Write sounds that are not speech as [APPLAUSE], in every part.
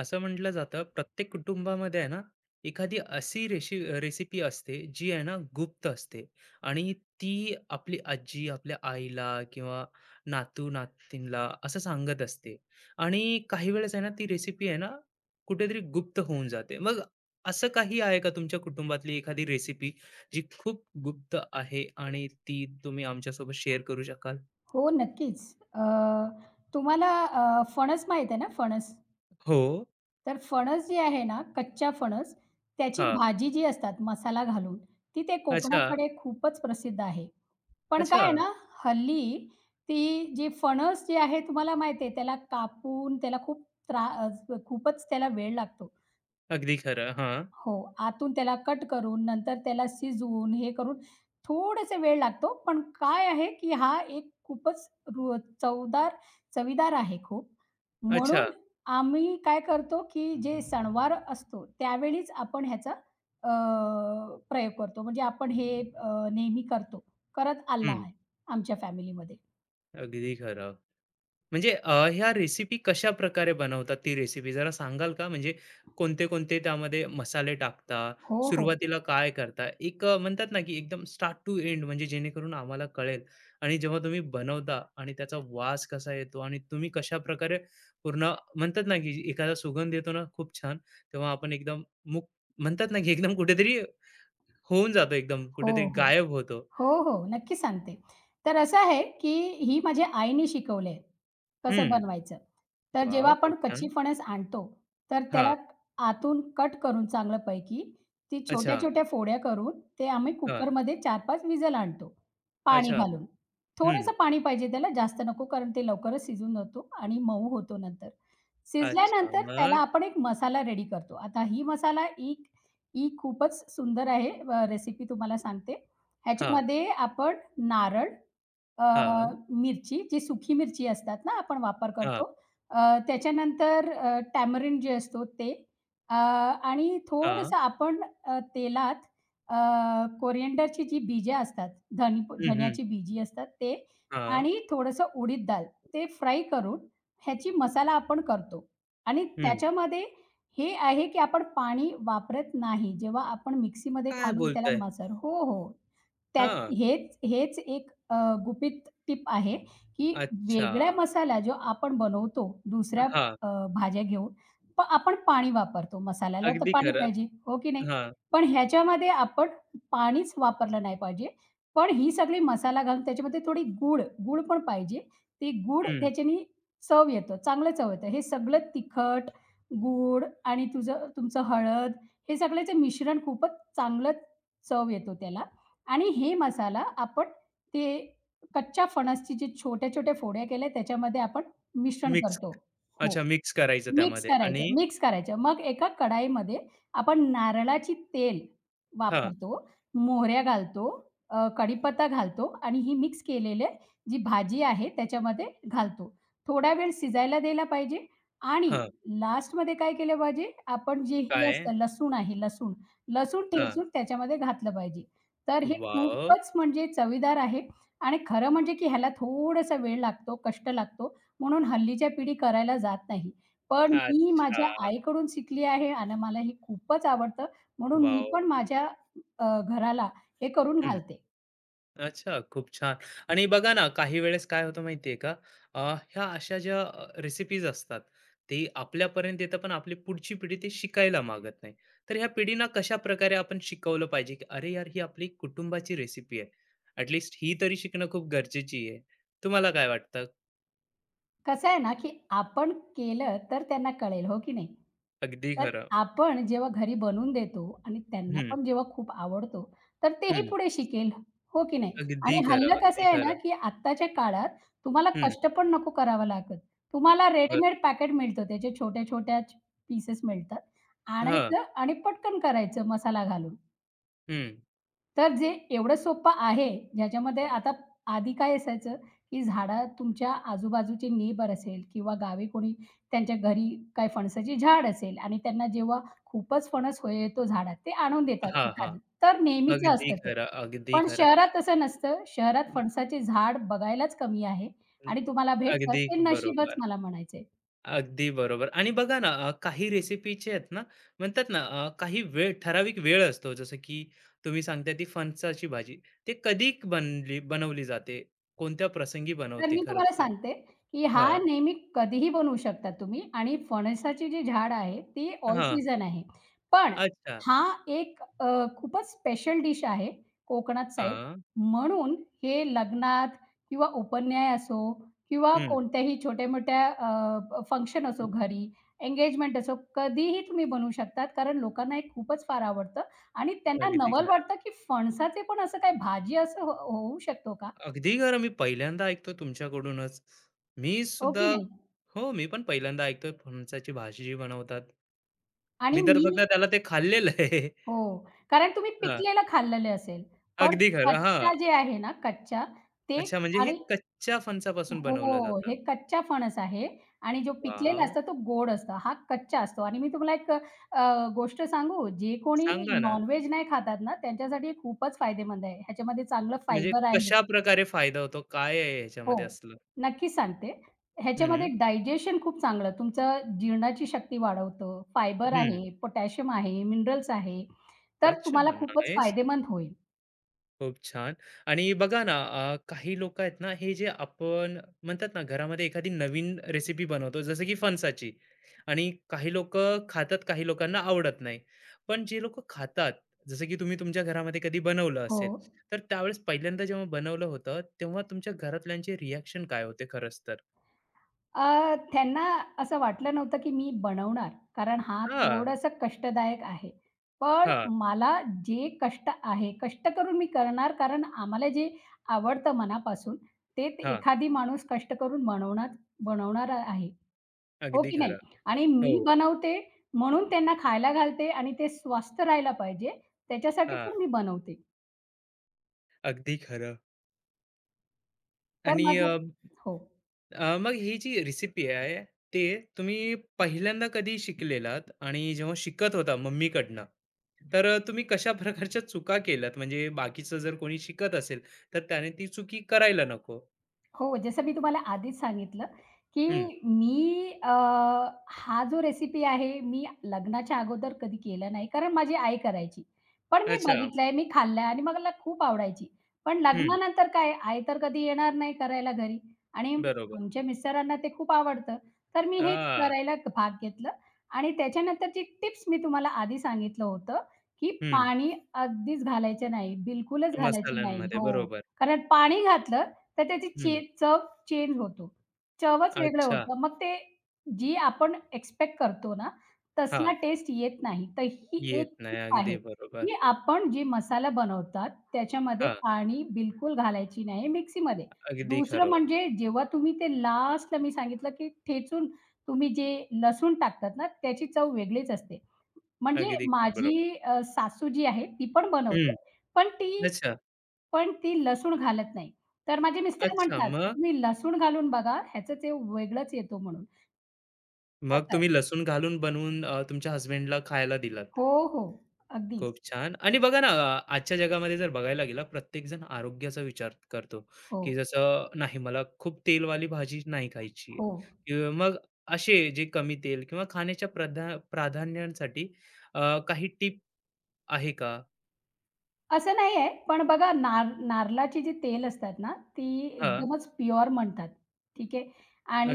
असं म्हटलं जातं प्रत्येक कुटुंबामध्ये आहे ना एखादी अशी रेसिपी असते जी आहे ना गुप्त असते आणि ती आपली आजी आपल्या आईला किंवा नातू नातींला असं सांगत असते आणि काही वेळेस आहे ना ती रेसिपी आहे ना कुठेतरी गुप्त होऊन जाते मग असं काही आहे का तुमच्या कुटुंबातली एखादी रेसिपी जी खूप गुप्त आहे आणि ती तुम्ही आमच्यासोबत शेअर करू शकाल? हो, नक्कीच. अ, तुम्हाला फणस माहीत आहे ना फणस? हो, तर फणस जे आहे ना, कच्चा फणस, त्याची हा, भाजी जी असतात मसाला घालून, ती ते अच्छा, कोकणाकडे खूपच प्रसिद्ध आहे. पण अच्छा, काय आहे ना, हल्ली ती जी फणस जे आहे तुम्हाला माहिती आहे त्याला कापून त्याला खूप त्रा अ, खूपच त्याला वेळ लागतो. अगदी खरं हा, हो, आतून त्याला कट करून, नंतर त्याला शिजवून हे करून थोडासा वेळ लागतो. पण काय आहे, की हा एक खूपच रु चवदार चवीदार आहे खूप. अच्छा, म्हणून आम्ही काय करतो, की जे सणवार असतो त्यावेळीच आपण ह्याचा अ, प्रयोग करतो. म्हणजे आपण हे नेहमी करतो. करत आला हम्म, आहे आमच्या फॅमिलीमध्ये. अगदी खरं. म्हणजे ह्या रेसिपी कशाप्रकारे बनवतात ती रेसिपी जरा सांगाल का? म्हणजे कोणते-कोणते त्यामध्ये मसाले टाकता? हो, हो. सुरुवातीला काय करता? एक म्हणतात ना, की एकदम स्टार्ट टू एंड, म्हणजे जेणेकरून आम्हाला कळेल. आणि जेव्हा तुम्ही बनवता आणि त्याचा वास कसा येतो आणि तुम्ही कशाप्रकारे पूर्ण म्हणतात ना, की एखादा सुगंध येतो ना खूप छान, तेव्हा आपण एकदम मुक म्हणतात ना, की एकदम कुठेतरी होऊन जातो, एकदम हो, कुठेतरी हो. गायब होतो. हो, हो. नक्की सांगते. तर असं आहे, की ही माझ्या आईने शिकवले, कसं हं. बनवायचं. तर जेव्हा वॉव! खूप आपण कच्ची छान. फणस आणतो, तर हां. त्याला आतून कट करून चांगल्यापैकी ती अच्छा. छोट्या-छोट्या फोड्या करून ते आम्ही हां. कुकरमध्ये 4-5 विजल आणतो, पाणी अच्छा. घालून. हं. थोडंसं पाणी पाहिजे त्याला, जास्त नको कारण ते लवकरच शिजून जातो आणि मऊ होतो नंतर. अच्छा, शिजल्यानंतर त्याला मग? आपण एक मसाला रेडी करतो. आता ही मसाला ही ही खूपच सुंदर आहे रेसिपी तुम्हाला सांगते. हां, ह्याच्यामध्ये आपण नारळ, अ, हां, मिरची, जी सुकी मिरची असतात ना, आपण वापर हां, करतो. त्याच्यानंतर टॅमरिंड जे असतो ते, आणि हां. थोडंसं आपण तेलात अ, कोरिएंडरची जी बीजे असतात, धनी हं, हं. धन्याची बीजी असतात ते हां. आणि थोडंसं उडीद डाळ, ते फ्राय करून ह्याची मसाला आपण करतो. आणि हं. त्याच्यामध्ये हे आहे, की आपण पाणी वापरत नाही. जेव्हा आपण मिक्सीमध्ये काय घालून त्याला बोलताय? मसाला, हो, हो. त्यात हां. हेच हेच एक गुपित टिप आहे, की अच्छा. वेगळ्या मसाला जो आपण बनवतो दुसऱ्या हां. अ, भाज्या घेऊन, पण आपण पाणी वापरतो. मसाल्याला तर अगदी पाणी खरं. पाहिजे, हो की नाही? हां. पण ह्याच्यामध्ये आपण पाणीच वापरलं नाही पाहिजे. पण ही सगळी मसाला घालून त्याच्यामध्ये थोडी गूळ, गूळ पण पाहिजे. ते गूळ हं. त्याच्याने चव येतं, चांगलं चव येतं. हे सगळं तिखट, गूळ आणि तुमचं हळद, हे सगळ्याचं मिश्रण खूपच चांगलं चव येतो त्याला. आणि हे मसाला आपण ते कच्च्या फणसची जे छोट्या-छोट्या फोड्या केल्या त्याच्यामध्ये आपण मिश्रण मिक्स करतो. हो. अच्छा, मिक्स करायचं मिक्स त्यामध्ये आणि करायचं, मिक्स करायचं. मग एका कढाईमध्ये आपण नारळाची तेल हां, वापरतो, मोहऱ्या घालतो, कढीपत्ता घालतो आणि ही मिक्स केलेले जी भाजी आहे त्याच्यामध्ये घालतो. थोडा वेळ शिजायला द्यायला पाहिजे आणि हां. लास्टमध्ये काय केलं पाहिजे, आपण जे हे काय? असतं लसूण आहे, लसूण. लसूण हां. ठेचून त्याच्यामध्ये घातलं पाहिजे. तर हे वॉव! खूपच म्हणजे चवीदार आहे आणि खरं म्हणजे की ह्याला थोडासा वेळ लागतो, कष्ट लागतो म्हणून हल्लीच्या पिढी करायला जात नाही. पण मी माझ्या अच्छा. आईकडून शिकली आहे आणि मला हे खूपच आवडतं, म्हणून मी वॉव! पण माझ्या घराला हे करून घालते. अच्छा, खूप छान. आणि बघा ना, काही वेळेस काय होतं माहिती आहे का? अ, ह्या अशा ज्या रेसिपीज असतात, ते आपल्यापर्यंत येतं, पण आपली पुढची पिढी ते शिकायला मागत नाही. तर ह्या पिढींना कशाप्रकारे आपण शिकवलं पाहिजे, की "अरे यार, ही आपली कुटुंबाची रेसिपी आहे. ॲट ही तरी शिकणं खूप गरजेची आहे." तुम्हाला काय वाटतं? कसं आहे ना, की आपण केलं तर त्यांना कळेल, हो की नाही? अगदी तर खरं. आपण जेव्हा घरी बनवून देतो आणि त्यांना हं, पण जेव्हा खूप आवडतो, तर तेही हं. पुढे शिकेल, हो की नाही? अगदी आणि खरं, हल्लं कसं अगदी आहे ना, खरं. की आत्ताच्या काळात तुम्हाला हं, कष्ट पण नको करावं लागत. तुम्हाला बरं. रेडीमेड पॅकेट मिळतं, त्याचे छोट्या-छोट्या पीसेस मिळतात. हां, आणायचं आणि पटकन करायचं मसाला घालून. हं. तर जे एवढं सोपं आहे, ज्याच्यामध्ये आता आधी काय असायचं, की झाडं तुमच्या आजूबाजूचे नेबर असेल किंवा गावी कोणी त्यांच्या घरी काही फणसाची झाड असेल आणि त्यांना जेव्हा खूपच फणस होय येतो झाडात, ते आणून देतात हां, हां. एखादी. तर नेहमीचं अगदी असतं ते. खरं, अगदी पण खरं. शहरात तसं नसतं. शहरात फणसाचे झाड बघायलाच कमी आहे अं, आणि तुम्हाला भेटतात अगदी ते नशीबच बरोबर. मला म्हणायचंय. अगदी बरोबर. आणि बघा ना काही रेसिपीचे आहेत ना, म्हणतात ना काही वेळ, ठराविक वेळ असतो, जसं की तुम्ही सांगता ती फणसाची भाजी ते कधी बनवली जाते, कोणत्या प्रसंगी तर बनवते मी खरंच तुम्हाला तर? सांगते, की हा हा, नेहमी कधीही बनवू शकता तुम्ही आणि फणसाची जी झाड आहे ती ऑल हा, सीझन आहे. पण अच्छा, हा एक खूपच स्पेशल डिश आहे कोकणात साईड हा, म्हणून. हे लग्नात किंवा उपन्याय असो किंवा हम्म, कोणत्याही छोट्या-मोठ्या फंक्शन असो घरी, एंगेजमेंट असो, कधीही तुम्ही बनवू शकतात कारण लोकांना हे खूपच फार आवडतं आणि त्यांना अगदी नवल खरं, वाटतं, की फणसाचे पण असं काय भाजी असं हो होऊ शकतो का? अगदी खरं. मी पहिल्यांदा ऐकतो तुमच्याकडूनच. मी हो सुद्धा की नाही? हो, मी पण पहिल्यांदा ऐकतोय फणसाची भाजी जी बनवतात. आणि मी तर मी, फक्त त्याला ते खाल्लेलं आहे. हो, कारण तुम्ही [LAUGHS] हा, पिकलेलं खाल्लेलं असेल. पण अगदी खरं हा, कच्चा जे आहे ना, कच्चा ते, अच्छा, म्हणजे हे आणि कच्च्या फणसापासून बनवलं हो, जातं. हे कच्चा फणस आहे आणि जो पिकलेला वाव, असतो तो गोड असतो. हा कच्चा असतो आणि मी तुम्हाला एक गोष्ट सांगू, जे कोणी सांगा ना, नॉन नाही खातात ना, त्यांच्यासाठी खूपच फायदेमंद आहे. ह्याच्यामध्ये चांगलं म्हणजे फायबर आहे. कशाप्रकारे फायदा होतो? काय आहे हो, ह्याच्यामध्ये असलं? नक्कीच सांगते. ह्याच्यामध्ये हं, डायजेशन खूप चांगलं, तुमचं जीर्णाची शक्ती वाढवतं. फायबर हं. आहे, पोटॅशियम आहे, मिनरल्स आहे. तर अच्छा, तुम्हाला खूपच नाईस. फायदेमंद होईल. खूप छान. आणि बघा ना, काही लोकं आहेत ना, हे जे आपण म्हणतात ना, घरामध्ये एखादी नवीन रेसिपी बनवतो, जसं की फणसाची, आणि काही लोकं खातात, काही लोकांना आवडत नाही. पण जे लोकं खातात, जसं की तुम्ही तुमच्या घरामध्ये कधी बनवलं हो. असेल, तर त्यावेळेस पहिल्यांदा जेव्हा बनवलं होतं, तेव्हा तुमच्या घरातल्यांचे रिएक्शन काय होते खरंच तर? त्यांना असं वाटलं नव्हतं, की मी बनवणार. कारण हा हां, थोडासा कष्टदायक आहे. पण हां, मला जे कष्ट आहे, कष्ट करून मी करणार कारण आम्हाला जे आवडतं मनापासून, ते ते हां. एखादी माणूस कष्ट करून बनवणार बनवणार आहे. हो अगदी की नाही? खरं. आणि हो, मी बनवते म्हणून त्यांना खायला घालते आणि ते स्वस्थ राहायला पाहिजे त्याच्यासाठी हां, पण मी बनवते. अगदी खरं. तर आणि माझं, हो. मग ही जी रेसिपी आहे, ते तुम्ही पहिल्यांदा कधी शिकलेलात? आणि जेव्हा शिकत होता मम्मीकडनं, तर तुम्ही कशा प्रकारच्या चुका केल्यात? म्हणजे बाकीचं जर कोणी शिकत असेल, तर त्याने ती चुकी करायला नको. हो, जसं मी तुम्हाला आधीच सांगितलं, की हं, मी, हा जो रेसिपी आहे, मी लग्नाच्या अगोदर कधी केला नाही, कारण माझी आई करायची. पण मी अच्छा. बघितलंय, मी खाल्लंय आणि मला खूप आवडायची. पण हं, लग्नानंतर काय, आई तर कधी येणार नाही करायला घरी आणि बरोबर. आमच्या मिस्टरांना ते खूप आवडतं. तर मी हे हां, करायला भाग घेतलं आणि त्याच्यानंतरची टिप्स मी तुम्हाला आधी सांगितलं होतं, की हं. पाणी अगदीच घालायचं नाही, बिलकुलच घालायची नाही. मसाल्यांमध्ये हो, बरोबर. कारण पाणी घातलं तर त्याची हं, चव चेंज होतो. चवच वेगळं अच्छा. होतं. मग ते जी आपण एक्स्पेक्ट करतो ना, हां, तसला टेस्ट येत नाही. तर ही येत एक नाही. टिप आहे, अगदी बरोबर. की आपण जे मसाला बनवतात, त्याच्यामध्ये हां, पाणी बिलकुल घालायची नाही मिक्सीमध्ये. अगदी दुसरं खरं. म्हणजे जेव्हा तुम्ही ते लास्टला मी सांगितलं, की ठेचून तुम्ही जे लसूण टाकतात ना, त्याची चव वेगळीच असते. म्हणजे अगदी खरं. बरोबर. माझी सासू जी आहे, ती पण बनवते. हं, पण ती, अच्छा. पण ती लसूण घालत नाही. तर माझे मिस्टर अच्छा, म्हणतात, मग? "तुम्ही लसूण घालून बघा, ह्याचं चव वेगळंच येतो म्हणून." मग असं आहे. तुम्ही लसूण घालून बनवून तुमच्या हसबँडला खायला दिलात. हो, हो. अगदीच. खूप छान. आणि बघा ना आजच्या जगामध्ये जर बघायला गेला, प्रत्येकजण आरोग्याचा विचार करतो, हो, की जसं नाही, मला खूप तेलवाली भाजी नाही खायची आहे. हो. किंवा मग असे जे कमी तेल किंवा खाण्याच्या प्राधान्यांसाठी काही टिप आहे का? असं नाहीये, पण बघा नारळाची जी तेल असतात ना, ती हां, एकदमच प्युअर म्हणतात. ठीक आहे.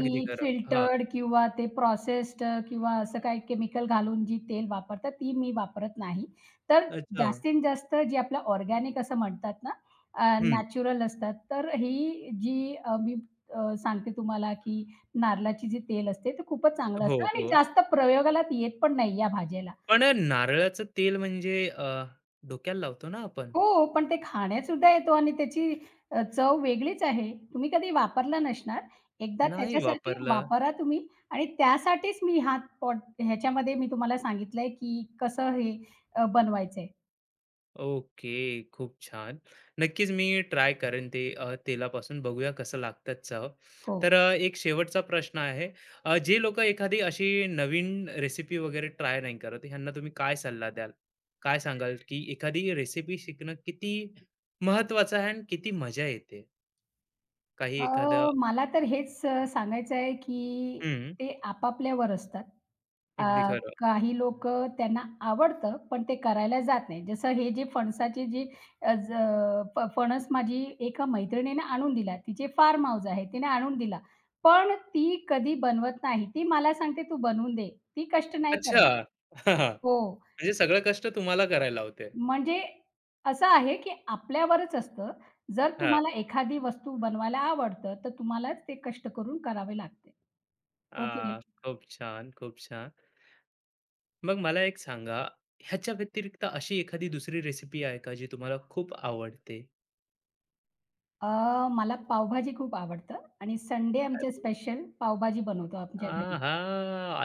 अगदी खरं. हां, फिल्टर्ड किंवा ते प्रोसेस्ड किंवा असं काही केमिकल घालून जी तेल वापरतात, ती मी वापरत नाही. तर अच्छा. जास्तीत जास्त जी आपलं ऑर्गॅनिक असं म्हणतात ना, हं. नॅचरल असतात. तर ही जी मी सांगते तुम्हाला, की नारळाची जी तेल असते, ते खूपच चांगलं हो, असतं आणि हो. जास्त प्रयोगाला येत पण नाही या भाज्याला. पण नारळाचं तेल म्हणजे डोक्याला लावतो ना आपण. हो, पण ते खाण्यातसुद्धा येतो आणि त्याची चव वेगळीच आहे. तुम्ही कधी वापरला नसणार. एकदा नाही त्याच्यासाठी वापरला. वापरा तुम्ही आणि त्यासाठीच मी हा पॉट ह्याच्यामध्ये मी तुम्हाला सांगितलंय, की कसं हे बनवायचंय. ओके, खूप छान. नक्कीच मी ट्राय करेन ते तेलापासून. बघूया कसं लागतात चव. हो. तर एक शेवटचा प्रश्न आहे. जे लोकं एखादी अशी नवीन रेसिपी वगैरे ट्राय नाही करत, ह्यांना तुम्ही काय सल्ला द्याल? काय सांगाल, की एखादी रेसिपी शिकणं किती महत्त्वाचं आहे आणि किती मजा येते? काही अ, एखादं मला तर हेच सांगायचं आहे, की हं, ते आपापल्यावर असतात. अ, अगदी खरं. काही लोक त्यांना आवडतं, पण ते करायला जात नाही. जसं हे जे फणसाचे जे अ, ज फ फणस माझी एका मैत्रिणीने आणून दिला. तिचे फार्म हाऊस आहे, तिने आणून दिला. पण ती कधी बनवत नाही. ती मला सांगते, "तू बनवून दे." ती कष्ट नाही अच्छा. करत. [LAUGHS] हो. म्हणजे सगळं कष्ट तुम्हाला करायला लावते. म्हणजे असं आहे, की आपल्यावरच असतं. जर हां. तुम्हाला एखादी वस्तू बनवायला आवडतं, तर तुम्हालाच ते कष्ट करून करावे लागते. आ, हो की नाही? खूप छान, खूप छान. मग मला एक सांगा, ह्याच्या व्यतिरिक्त अशी एखादी दुसरी रेसिपी आहे का जी तुम्हाला खूप आवडते? अ, मला पावभाजी खूप आवडतं आणि संडे काय आमचे बोलू? स्पेशल पावभाजी बनवतो आमच्या घरी. आहा!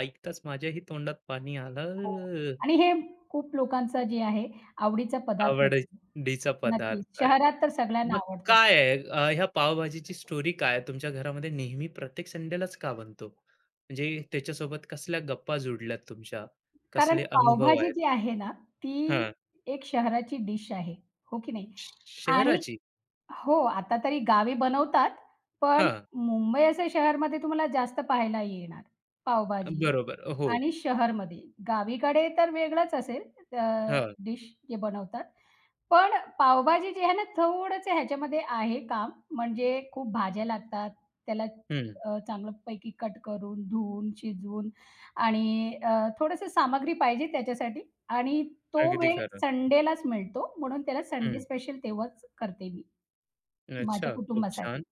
ऐकताच माझ्याही तोंडात पाणी हो, आलं. आणि हे खूप लोकांचा जे आहे आवडीचा पदार्थ असतो. आवडीचा नक्कीच. पदार्थ आहे. शहरात तर सगळ्यांना मग आवडतं. काय आहे ह्या पावभाजीची स्टोरी काय आहे? तुमच्या घरामध्ये नेहमी प्रत्येक संडेलाच का बनतो? म्हणजे त्याच्यासोबत कसल्या गप्पा जुडल्यात तुमच्या? कारण कसले अनुभव पावभाजी आहेत? जी आहे ना, ती हां. एक शहराची डिश आहे. हो की नाही? श आणि शहराची? हो, आता तरी गावी बनवतात, पण हां. मुंबई असं शहरमध्ये तुम्हाला जास्त पाहायला येणार पावभाजी बरोबर. हो. आणि शहरमध्ये. गावीकडे तर वेगळंच असेल, अ, हां. डिश जे बनवतात. पण पावभाजी जी आहे ना, थोडंसं ह्याच्यामध्ये आहे काम. म्हणजे खूप भाज्या लागतात. त्याला हं. चांगल्यापैकी कट करून, धुवून, शिजवून आणि थोडंसं सामग्री पाहिजे त्याच्यासाठी, आणि तो अगदी वेळ खरं. संडेलाच मिळतो. म्हणून त्याला संडे हं. स्पेशल तेव्हाच करते मी. अच्छा, माझ्या खूप छान, कुटुंबासाठी.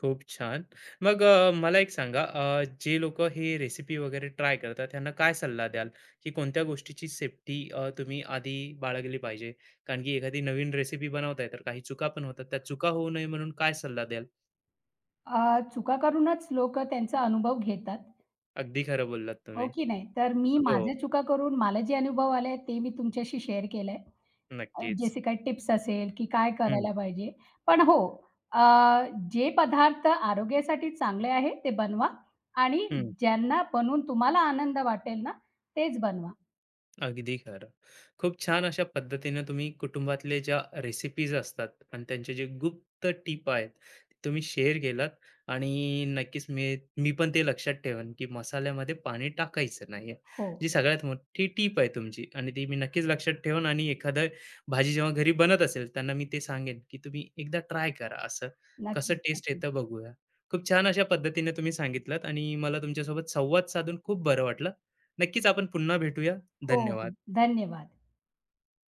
खूप छान. मग मला एक सांगा, जे लोकं हे रेसिपी वगैरे ट्राय करतात, त्यांना काय सल्ला द्याल, की कोणत्या गोष्टीची सेफ्टी तुम्ही आधी बाळगली पाहिजे? कारण की एखादी नवीन रेसिपी बनवताय, तर काही चुका पण होतात. त्या चुका होऊ नये म्हणून काय सल्ला द्याल? चुका करूनच लोकं त्यांचा अनुभव घेतात, अगदी खरं बोललात हो तुम्ही. की नाही? तर मी हो, माझ्या चुका करून मला जे अनुभव आले ते मी तुमच्याशी शेअर केलंय. नक्कीच. जसे काही टिप्स असेल, की काय हं, करायला पाहिजे. पण हो, अ, जे पदार्थ आरोग्यासाठी चांगले आहे ते बनवा आणि हं. ज्यांना बनवून तुम्हाला आनंद वाटेल ना, तेच बनवा. अगदी खरं. खूप छान अशा पद्धतीने तुम्ही कुटुंबातले ज्या रेसिपीज असतात आणि त्यांचे जे गुप्त टीप आहेत, ते तुम्ही शेअर केलात. आणि नक्कीच मी मी पण ते लक्षात ठेवेन, की मसाल्यामध्ये पाणी टाकायचं नाहीये. हो, जी सगळ्यात मोठी टीप आहे तुमची, आणि ती मी नक्कीच लक्षात ठेवेन आणि एखादं भाजी जेव्हा घरी बनत असेल, त्यांना मी ते सांगेन, की तुम्ही एकदा ट्राय करा असं. कसं नक्की, टेस्ट नक्की. येतं बघूया. खूप छान अशा पद्धतीने तुम्ही सांगितलात आणि मला तुमच्यासोबत संवाद साधून खूप बरं वाटलं. नक्कीच आपण पुन्हा भेटूया. हो, हो. धन्यवाद. धन्यवाद.